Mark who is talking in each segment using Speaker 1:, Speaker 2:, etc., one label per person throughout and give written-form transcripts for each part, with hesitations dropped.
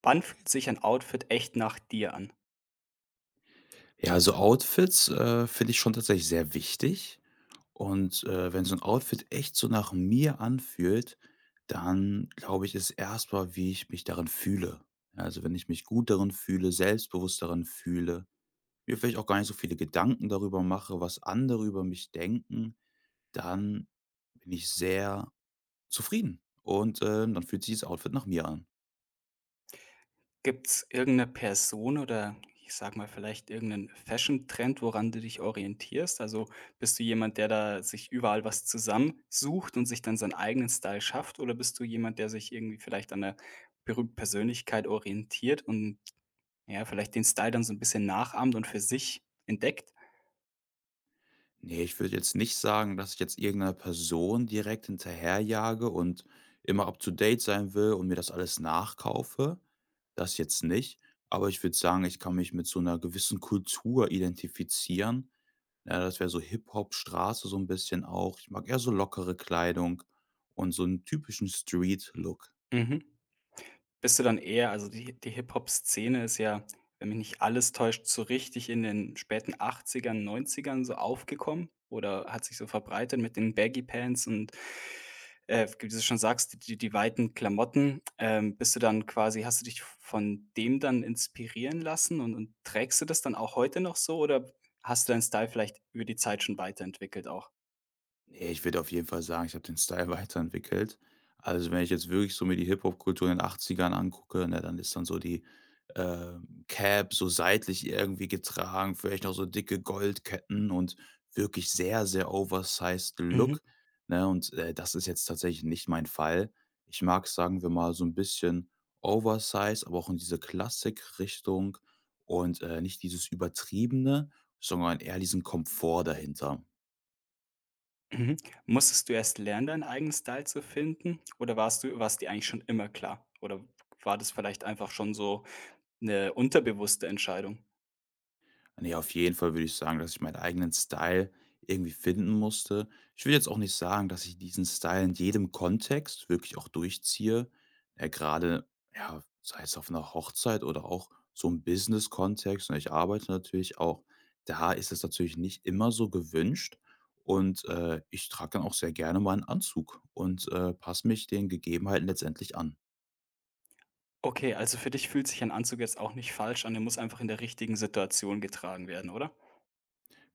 Speaker 1: Wann fühlt sich ein Outfit echt nach dir an?
Speaker 2: Ja, also Outfits, finde ich schon tatsächlich sehr wichtig. Und, wenn so ein Outfit echt so nach mir anfühlt, dann glaube ich, ist erst mal, wie ich mich darin fühle. Ja, also, wenn ich mich gut darin fühle, selbstbewusst darin fühle, mir vielleicht auch gar nicht so viele Gedanken darüber mache, was andere über mich denken, dann bin ich sehr zufrieden und, dann fühlt sich das Outfit nach mir an.
Speaker 1: Gibt's irgendeine Person oder ich sage mal, vielleicht irgendeinen Fashion-Trend, woran du dich orientierst? Also, bist du jemand, der da sich überall was zusammensucht und sich dann seinen eigenen Style schafft? Oder bist du jemand, der sich irgendwie vielleicht an 'ner berühmten Persönlichkeit orientiert und, ja, vielleicht den Style dann so ein bisschen nachahmt und für sich entdeckt?
Speaker 2: Ne, ich würde jetzt nicht sagen, dass ich jetzt irgend Person direkt hinterherjage und immer up to date sein will und mir das alles nachkaufe. Das jetzt nicht. Aber ich würde sagen, ich kann mich mit so einer gewissen Kultur identifizieren. Ja, das wäre so Hip-Hop, Straße so ein bisschen auch. Ich mag eher so lockere Kleidung und so einen typischen Street-Look.
Speaker 1: Mhm. Bist du dann eher, also die Hip-Hop-Szene ist ja, wenn mich nicht alles täuscht, so richtig in den späten Achtzigern, Neunzigern so aufgekommen oder hat sich so verbreitet mit den Baggy Pants und, wie du schon sagst, die weiten Klamotten. Bist du dann quasi, hast du dich von dem dann inspirieren lassen und trägst du das dann auch heute noch so oder hast du deinen Style vielleicht über die Zeit schon weiterentwickelt auch?
Speaker 2: Ne, ich würde auf jeden Fall sagen, ich habe den Style weiterentwickelt. Also, wenn ich jetzt wirklich so mir die Hip-Hop-Kultur in den 80ern angucke, ne, dann ist dann so die, Cap so seitlich irgendwie getragen, vielleicht noch so dicke Goldketten und wirklich sehr, sehr oversized Look, ne? Und, das ist jetzt tatsächlich nicht mein Fall. Ich mag, sagen wir mal, so ein bisschen oversized, aber auch in diese Klassik-Richtung und, nicht dieses Übertriebene, sondern eher diesen Komfort dahinter.
Speaker 1: Mhm. Musstest du erst lernen, deinen eigenen Style zu finden, oder warst dir eigentlich schon immer klar? Oder war das vielleicht einfach schon so eine unterbewusste Entscheidung?
Speaker 2: Ne, auf jeden Fall würde ich sagen, dass ich meinen eigenen Style irgendwie finden musste. Ich will jetzt auch nicht sagen, dass ich diesen Style in jedem Kontext wirklich auch durchziehe. Gerade ja, sei es auf einer Hochzeit oder auch so 'n Business-Kontext, ne? Ich arbeite natürlich auch. Da ist es natürlich nicht immer so gewünscht und, ich trage dann auch sehr gerne mal einen Anzug und, passe mich den Gegebenheiten letztendlich an.
Speaker 1: Okay, also für dich fühlt sich ein Anzug jetzt auch nicht falsch an, der muss einfach in der richtigen Situation getragen werden, oder?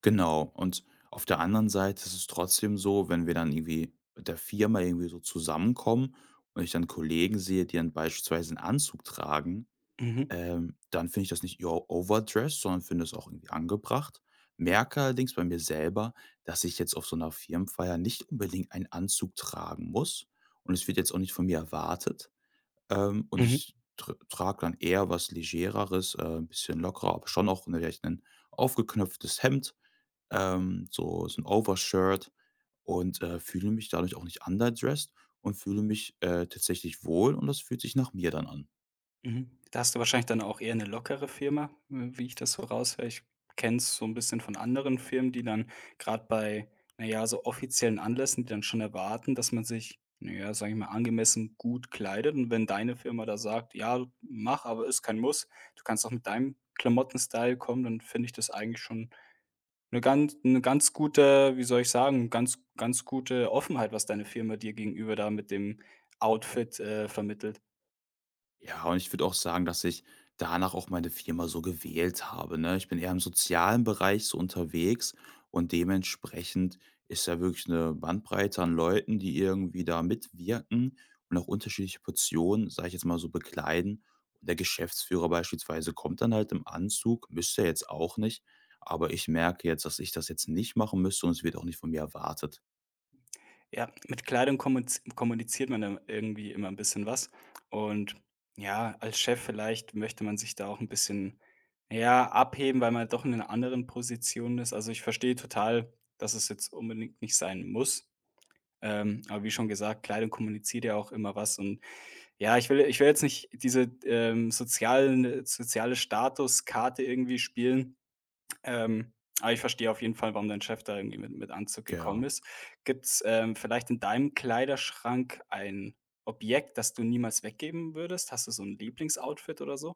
Speaker 2: Genau. Und auf der anderen Seite ist es trotzdem so, wenn wir dann irgendwie mit der Firma irgendwie so zusammenkommen und ich dann Kollegen sehe, die dann beispielsweise einen Anzug tragen,
Speaker 1: Mhm.
Speaker 2: dann finde ich das nicht o overdressed, sondern finde es auch irgendwie angebracht. Merke allerdings bei mir selber, dass ich jetzt auf so einer Firmenfeier nicht unbedingt einen Anzug tragen muss und es wird jetzt auch nicht von mir erwartet. Und
Speaker 1: Mhm.
Speaker 2: ich tr trage dann eher was Legereres, ein bisschen lockerer, aber schon auch ne, vielleicht ein aufgeknöpftes Hemd so ein Overshirt und, fühle mich dadurch auch nicht underdressed und fühle mich, tatsächlich wohl und das fühlt sich nach mir dann an.
Speaker 1: Mhm. Da hast du wahrscheinlich dann auch eher eine lockere Firma, w wie ich das so raushöre. Ich kenne es so ein bisschen von anderen Firmen, die dann gerade bei, naja, so offiziellen Anlässen, die dann schon erwarten, dass man sich, naja, ja, sage ich mal, angemessen gut kleidet. Und wenn deine Firma da sagt: „Ja, mach, aber ist kein Muss. Du kannst auch mit deinem klamotten kommen", dann finde ich das eigentlich schon eine ganz gute, wie soll ich sagen, ganz ganz gute Offenheit, was deine Firma dir gegenüber da mit dem Outfit, vermittelt.
Speaker 2: Ja, und ich würde auch sagen, dass ich danach auch meine Firma so gewählt habe, ne? Ich bin eher im sozialen Bereich so unterwegs und dementsprechend ist ja wirklich eine Bandbreite an Leuten, die irgendwie da mitwirken und auch unterschiedliche Portionen, sage ich jetzt mal so, bekleiden. Und der Geschäftsführer beispielsweise kommt dann halt im Anzug, müsste er jetzt auch nicht, aber ich merke jetzt, dass ich das jetzt nicht machen müsste und es wird auch nicht von mir erwartet.
Speaker 1: Ja, mit Kleidung kommuniziert man dann irgendwie immer ein bisschen was. Und ja, als Chef vielleicht möchte man sich da auch ein bisschen, ja, abheben, weil man doch in einer anderen Position ist. Also, ich verstehe total, dass es jetzt unbedingt nicht sein muss. Aber wie schon gesagt, Kleidung kommuniziert ja auch immer was. Und ja, ich will jetzt nicht diese, soziale Statuskarte irgendwie spielen, ähm, aber ich verstehe auf jeden Fall, warum dein Chef da irgendwie mit Anzug gekommen
Speaker 2: Ja.
Speaker 1: ist. Gibt's, vielleicht in deinem Kleiderschrank ein Objekt, das du niemals weggeben würdest? Hast du so ein Lieblingsoutfit oder so?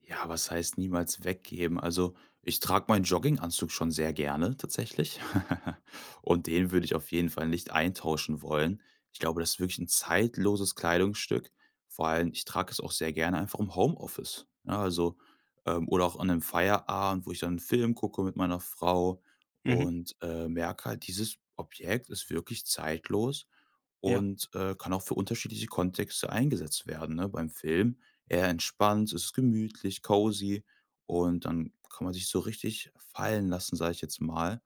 Speaker 2: Ja, was heißt niemals weggeben? Also, ich trage meinen Jogginganzug schon sehr gerne tatsächlich und den würde ich auf jeden Fall nicht eintauschen wollen. Ich glaube, das ist wirklich ein zeitloses Kleidungsstück. Vor allem, ich trage es auch sehr gerne einfach im Homeoffice, ja, also, oder auch an 'nem Feierabend, wo ich dann 'n Film gucke mit meiner Frau
Speaker 1: Mhm,
Speaker 2: und, merke halt, dieses Objekt ist wirklich zeitlos
Speaker 1: ja.
Speaker 2: und, kann auch für unterschiedliche Kontexte eingesetzt werden, ne? Beim Film eher entspannt, es ist gemütlich, cozy und dann kann man sich so richtig fallen lassen, sage ich jetzt mal.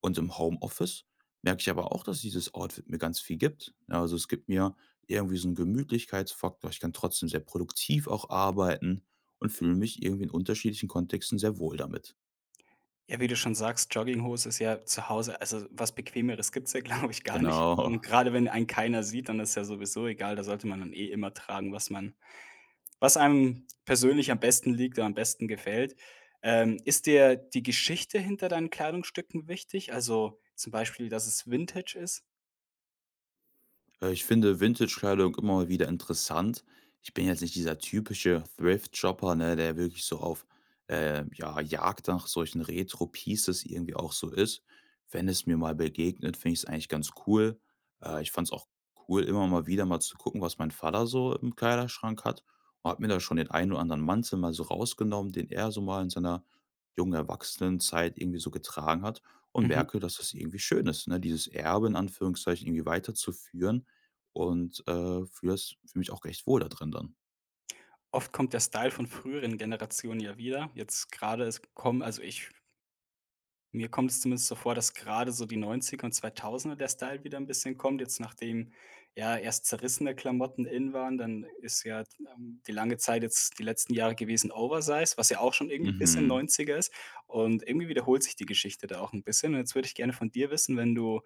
Speaker 2: Und im Homeoffice merke ich aber auch, dass dieses Outfit mir ganz viel gibt. Ja, also, es gibt mir irgendwie so 'n Gemütlichkeitsfaktor. Ich kann trotzdem sehr produktiv auch arbeiten und fühle mich irgendwie in unterschiedlichen Kontexten sehr wohl damit.
Speaker 1: Ja, wie du schon sagst, Jogginghose ist ja zu Hause, also, was Bequemeres gibt's ja, glaube ich, gar nicht.
Speaker 2: Genau.
Speaker 1: Und gerade wenn einen keiner sieht, dann ist ja sowieso egal, da sollte man dann eh immer tragen, was einem persönlich am besten liegt oder am besten gefällt. Ist dir die Geschichte hinter deinen Kleidungsstücken wichtig? Also, zum Beispiel, dass es Vintage ist?
Speaker 2: Ich finde Vintage-Kleidung immer mal wieder interessant. Ich bin jetzt nicht dieser typische Thrift-Shopper, ne, der wirklich so auf, ja, Jagd nach solchen Retro-Pieces irgendwie auch so ist. Wenn es mir mal begegnet, finde ich es eigentlich ganz cool. Ich fand es auch cool, immer mal wieder mal zu gucken, was mein Vater so im Kleiderschrank hat und habe mir da schon den einen oder anderen Mantel mal so rausgenommen, den er so mal in seiner jungen Erwachsenenzeit irgendwie so getragen hat und
Speaker 1: Mhm.
Speaker 2: merke, dass das irgendwie schön ist, ne? Dieses Erbe in Anführungszeichen irgendwie weiterzuführen und, fühlst fühle mich auch recht wohl da drin dann.
Speaker 1: Oft kommt der Style von früheren Generationen ja wieder. Jetzt gerade, es kommen, also, ich mir kommt es zumindest so vor, dass gerade so die 90er und zweitausender der Style wieder ein bisschen kommt, jetzt nachdem, ja, erst zerrissene Klamotten in waren, dann ist ja, die lange Zeit jetzt, die letzten Jahre gewesen, Oversize, was ja auch schon irgendwie ein bisschen
Speaker 2: Mhm.
Speaker 1: neunziger ist, und irgendwie wiederholt sich die Geschichte da auch ein bisschen. Und jetzt würde ich gerne von dir wissen, wenn du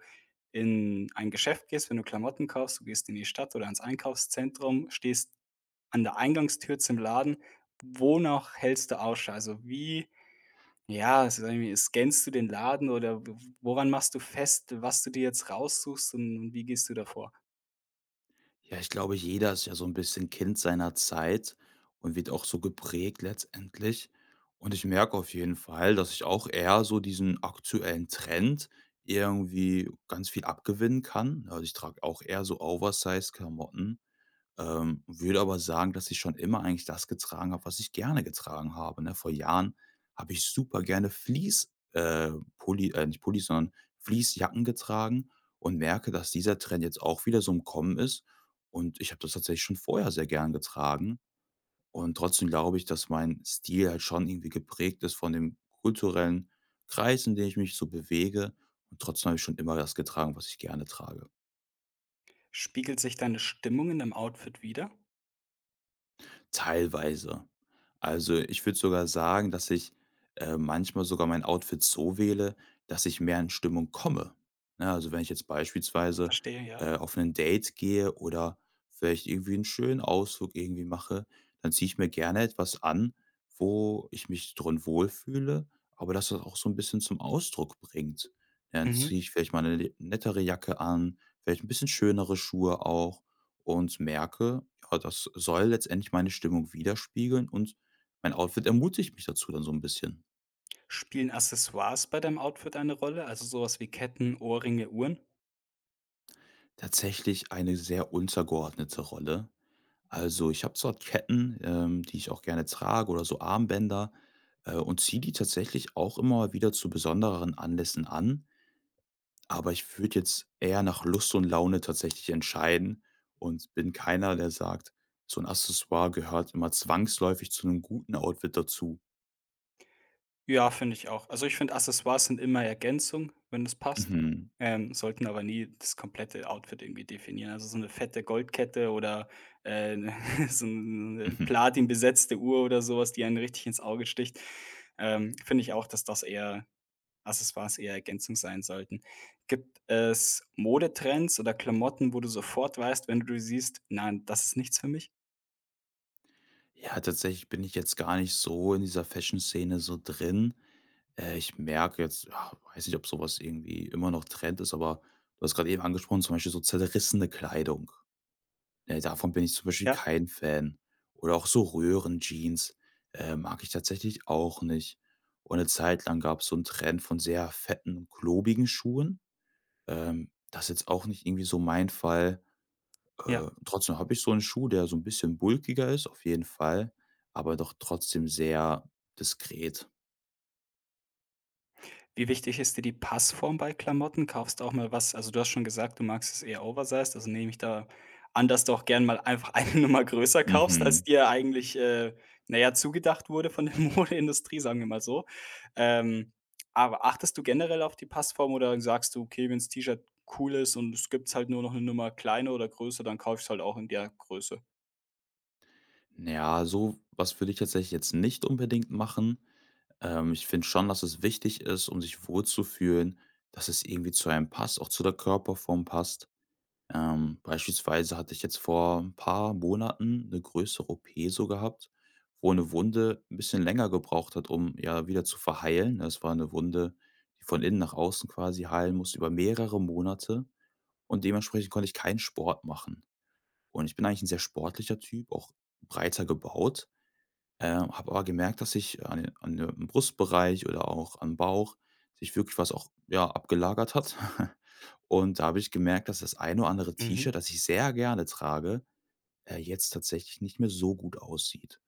Speaker 1: in ein Geschäft gehst, wenn du Klamotten kaufst, du gehst in die Stadt oder ans Einkaufszentrum, stehst an der Eingangstür zum Laden, wonach hältst du Ausschau? Also, wie, ja, es ist irgendwie, scannst du den Laden oder w woran machst du fest, was du dir jetzt raussuchst und wie gehst du davor?
Speaker 2: Ja, ich glaube, jeder ist ja so ein bisschen Kind seiner Zeit und wird auch so geprägt letztendlich. Und ich merke auf jeden Fall, dass ich auch eher so diesen aktuellen Trend irgendwie ganz viel abgewinnen kann. Also, ich trage auch eher so Oversize-Klamotten. Würde aber sagen, dass ich schon immer eigentlich das getragen habe, was ich gerne getragen habe, ne? Vor Jahren habe ich super gerne Fleece Pulli nicht Pullis, sondern Fleecejacken getragen und merke, dass dieser Trend jetzt auch wieder so im Kommen ist. Und ich habe das tatsächlich schon vorher sehr gern getragen. Und trotzdem glaube ich, dass mein Stil halt schon irgendwie geprägt ist von dem kulturellen Kreis, in dem ich mich so bewege. Und trotzdem habe ich schon immer das getragen, was ich gerne trage.
Speaker 1: Spiegelt sich deine Stimmung in deinem Outfit wieder?
Speaker 2: Teilweise. Also, ich würde sogar sagen, dass ich, manchmal sogar mein Outfit so wähle, dass ich mehr in Stimmung komme. Ne, also, wenn ich jetzt beispielsweise,
Speaker 1: Verstehe, ja.
Speaker 2: auf 'nen Date gehe oder vielleicht irgendwie einen schönen Ausflug irgendwie mache, dann ziehe ich mir gerne etwas an, wo ich mich drin wohlfühle, aber das auch so ein bisschen zum Ausdruck bringt. Ja, dann
Speaker 1: Mhm.
Speaker 2: ziehe ich vielleicht mal eine le nettere Jacke an, vielleicht ein bisschen schönere Schuhe auch und merke, ja, das soll letztendlich meine Stimmung widerspiegeln und mein Outfit ermutigt mich dazu dann so ein bisschen.
Speaker 1: Spielen Accessoires bei deinem Outfit eine Rolle, also sowas wie Ketten, Ohrringe, Uhren?
Speaker 2: Tatsächlich eine sehr untergeordnete Rolle. Also, ich habe zwar Ketten, die ich auch gerne trage oder so Armbänder, und ziehe die tatsächlich auch immer mal wieder zu besondereren Anlässen an, aber ich würde jetzt eher nach Lust und Laune tatsächlich entscheiden und bin keiner, der sagt, so ein Accessoire gehört immer zwangsläufig zu einem guten Outfit dazu.
Speaker 1: Ja, finde ich auch. Also, ich finde, Accessoires sind immer Ergänzung, wenn es passt,
Speaker 2: Mhm.
Speaker 1: sollten aber nie das komplette Outfit irgendwie definieren. Also, so eine fette Goldkette oder, äh, so eine
Speaker 2: Mhm.
Speaker 1: platinbesetzte Uhr oder sowas, die einen richtig ins Auge sticht. Finde ich auch, dass das eher, Accessoires eher Ergänzung sein sollten. Gibt es Modetrends oder Klamotten, wo du sofort weißt, wenn du die siehst: „Nein, das ist nichts für mich"?
Speaker 2: Ja, tatsächlich bin ich jetzt gar nicht so in dieser Fashion-Szene so drin. Ich merke jetzt, ja, weiß nicht, ob sowas irgendwie immer noch Trend ist, aber du hast gerade eben angesprochen, zum Beispiel so zerrissene Kleidung. Ne, davon bin ich zum Beispiel
Speaker 1: Ja?
Speaker 2: kein Fan. Oder auch so Röhrenjeans mag ich tatsächlich auch nicht. Und eine Zeit lang gab es so einen Trend von sehr fetten, klobigen Schuhen. Das ist jetzt auch nicht irgendwie so mein Fall.
Speaker 1: Ja.
Speaker 2: Trotzdem habe ich so einen Schuh, der so ein bisschen bulkiger ist, auf jeden Fall, aber doch trotzdem sehr diskret.
Speaker 1: Wie wichtig ist dir die Passform bei Klamotten? Kaufst du auch mal was, also, du hast schon gesagt, du magst es eher oversized, also, nehme ich da an, dass du auch gern mal einfach eine Nummer größer kaufst, als
Speaker 2: Mhm.
Speaker 1: dir eigentlich, na ja, zugedacht wurde von der Modeindustrie, sagen wir mal so. Ähm, aber achtest du generell auf die Passform oder sagst du: „Okay, wenn's T-Shirt cool ist und es gibt's halt nur noch eine Nummer kleiner oder größer, dann kaufe ich's halt auch in der Größe"?
Speaker 2: Ja, so was würde ich tatsächlich jetzt nicht unbedingt machen. Ich finde schon, dass es wichtig ist, um sich wohlzufühlen, dass es irgendwie zu einem passt, auch zu der Körperform passt. Beispielsweise hatte ich jetzt vor ein paar Monaten eine größere OP so gehabt, wo eine Wunde ein bisschen länger gebraucht hat, um, ja, wieder zu verheilen. Das war eine Wunde, die von innen nach außen quasi heilen musste über mehrere Monate und dementsprechend konnte ich keinen Sport machen. Und ich bin eigentlich ein sehr sportlicher Typ, auch breiter gebaut. Habe aber gemerkt, dass ich an den an de Brustbereich oder auch am Bauch sich wirklich was auch, ja, abgelagert hat. Und da habe ich gemerkt, dass das ein oder andere
Speaker 1: Mhm.
Speaker 2: T-Shirt, das ich sehr gerne trage, jetzt tatsächlich nicht mehr so gut aussieht.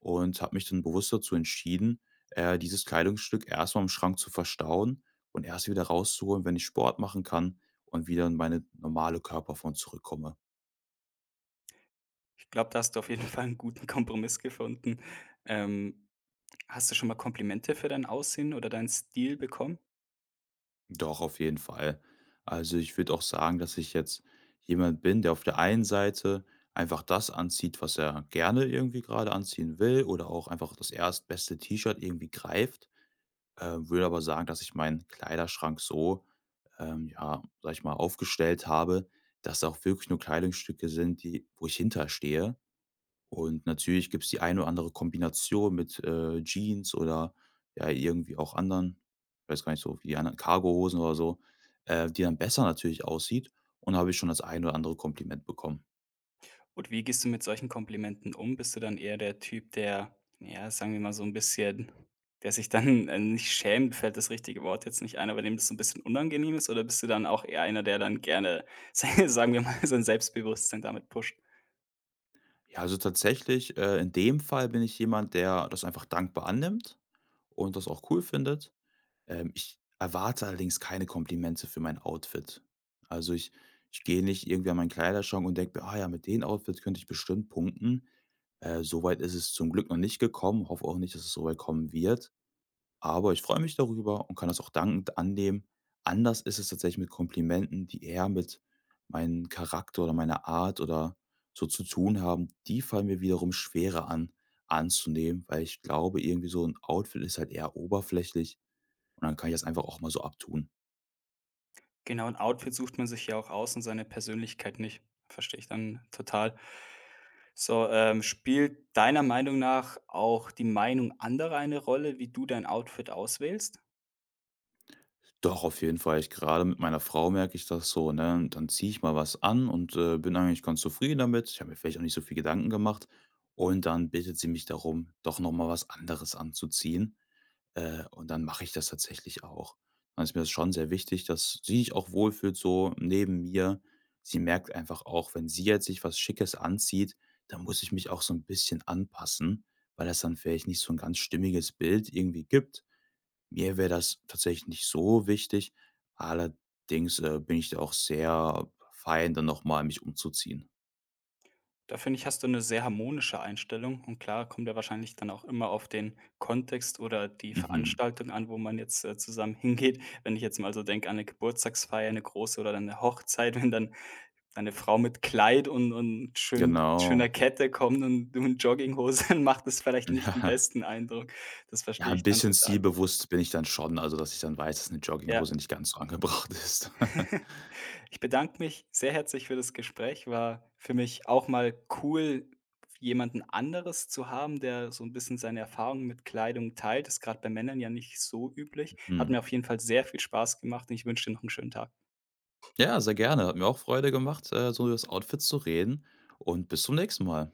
Speaker 2: Und habe mich dann bewusst dazu entschieden, dieses Kleidungsstück erstmal im Schrank zu verstauen und erst wieder rauszuholen, wenn ich Sport machen kann und wieder in meine normale Körperform zurückkomme.
Speaker 1: Ich glaube, da hast du auf jeden Fall einen guten Kompromiss gefunden. Ähm Hast du schon mal Komplimente für dein Aussehen oder deinen Stil bekommen?
Speaker 2: Doch, auf jeden Fall. Also ich würde auch sagen, dass ich jetzt jemand bin, der auf der einen Seite einfach das anzieht, was er gerne irgendwie gerade anziehen will oder auch einfach das erstbeste T-Shirt irgendwie greift. Würde aber sagen, dass ich meinen Kleiderschrank so, ja, sag ich mal, aufgestellt habe, dass da auch wirklich nur Kleidungsstücke sind, die, wo ich hinterstehe und natürlich gibt's die eine oder andere Kombination mit, Jeans oder, ja, irgendwie auch anderen ich weiß gar nicht so, wie die anderen Cargohosen oder so, die dann besser natürlich aussieht. Und da habe ich schon das ein oder andere Kompliment bekommen.
Speaker 1: Und wie gehst du mit solchen Komplimenten um? Bist du dann eher der Typ, der, ja, sagen wir mal, so ein bisschen, der sich dann, nicht schämt, fällt das richtige Wort jetzt nicht ein, aber dem das so ein bisschen unangenehm ist? Oder bist du dann auch eher einer, der dann gerne, sagen wir mal, sein Selbstbewusstsein damit pusht?
Speaker 2: Ja, also tatsächlich, in dem Fall bin ich jemand, der das einfach dankbar annimmt und das auch cool findet. Ich erwarte allerdings keine Komplimente für mein Outfit. Also, ich gehe nicht irgendwie an meinen Kleiderschrank und denke „Ah ja, mit den Outfit könnte ich bestimmt punkten.“ So ist es zum Glück noch nicht gekommen, hoffe auch nicht, dass es so weit kommen wird, aber ich freue mich darüber und kann das auch dankend annehmen. Anders ist es tatsächlich mit Komplimenten, die eher mit meinem Charakter oder meiner Art oder so zu tun haben. Die fallen mir wiederum schwerer an, anzunehmen, weil ich glaube, irgendwie so ein Outfit ist halt eher oberflächlich und dann kann ich das einfach auch mal so abtun.
Speaker 1: Genau, ein Outfit sucht man sich ja auch aus und seine Persönlichkeit nicht. Verstehe ich dann total. So, spielt deiner Meinung nach auch die Meinung anderer eine Rolle, wie du dein Outfit auswählst?
Speaker 2: Doch, auf jeden Fall. Ich gerade mit meiner Frau merke ich das so, ne? Und dann ziehe ich mal was an und, bin eigentlich ganz zufrieden damit. Ich habe mir vielleicht auch nicht so viel Gedanken gemacht. Und dann bittet sie mich darum, doch noch mal was anderes anzuziehen. Und dann mache ich das tatsächlich auch. Dann ist mir das schon sehr wichtig, dass sie sich auch wohlfühlt so neben mir. Sie merkt einfach auch, wenn sie jetzt sich was Schickes anzieht, dann muss ich mich auch so ein bisschen anpassen, weil das dann vielleicht nicht so ein ganz stimmiges Bild irgendwie gibt. Mir wäre das tatsächlich nicht so wichtig. Allerdings, bin ich da auch sehr fein, dann nochmal mich umzuziehen.
Speaker 1: Da finde ich, hast du eine sehr harmonische Einstellung, und klar, kommt ja wahrscheinlich dann auch immer auf den Kontext oder die
Speaker 2: Mhm.
Speaker 1: Veranstaltung an, wo man jetzt, zusammen hingeht. Wenn ich jetzt mal so denke an eine Geburtstagsfeier, eine große, oder dann eine Hochzeit, wenn dann deine Frau mit Kleid und
Speaker 2: Genau.
Speaker 1: schöner Kette kommt und du in Jogginghose, dann macht das vielleicht nicht den besten Eindruck. Das
Speaker 2: Ja,
Speaker 1: verstehe
Speaker 2: ein
Speaker 1: ich dann
Speaker 2: bisschen
Speaker 1: total.
Speaker 2: stilbewusst bin ich dann schon, also, dass ich dann weiß, dass eine
Speaker 1: Ja.
Speaker 2: Jogginghose nicht ganz so angebracht ist.
Speaker 1: Ich bedanke mich sehr herzlich für das Gespräch. War für mich auch mal cool, jemanden anderes zu haben, der so ein bisschen seine Erfahrungen mit Kleidung teilt. Ist gerade bei Männern ja nicht so üblich. Hat
Speaker 2: Mhm.
Speaker 1: mir auf jeden Fall sehr viel Spaß gemacht und ich wünsche dir noch einen schönen Tag.
Speaker 2: Ja, sehr gerne. Hat mir auch Freude gemacht, so über das Outfit zu reden und bis zum nächsten Mal.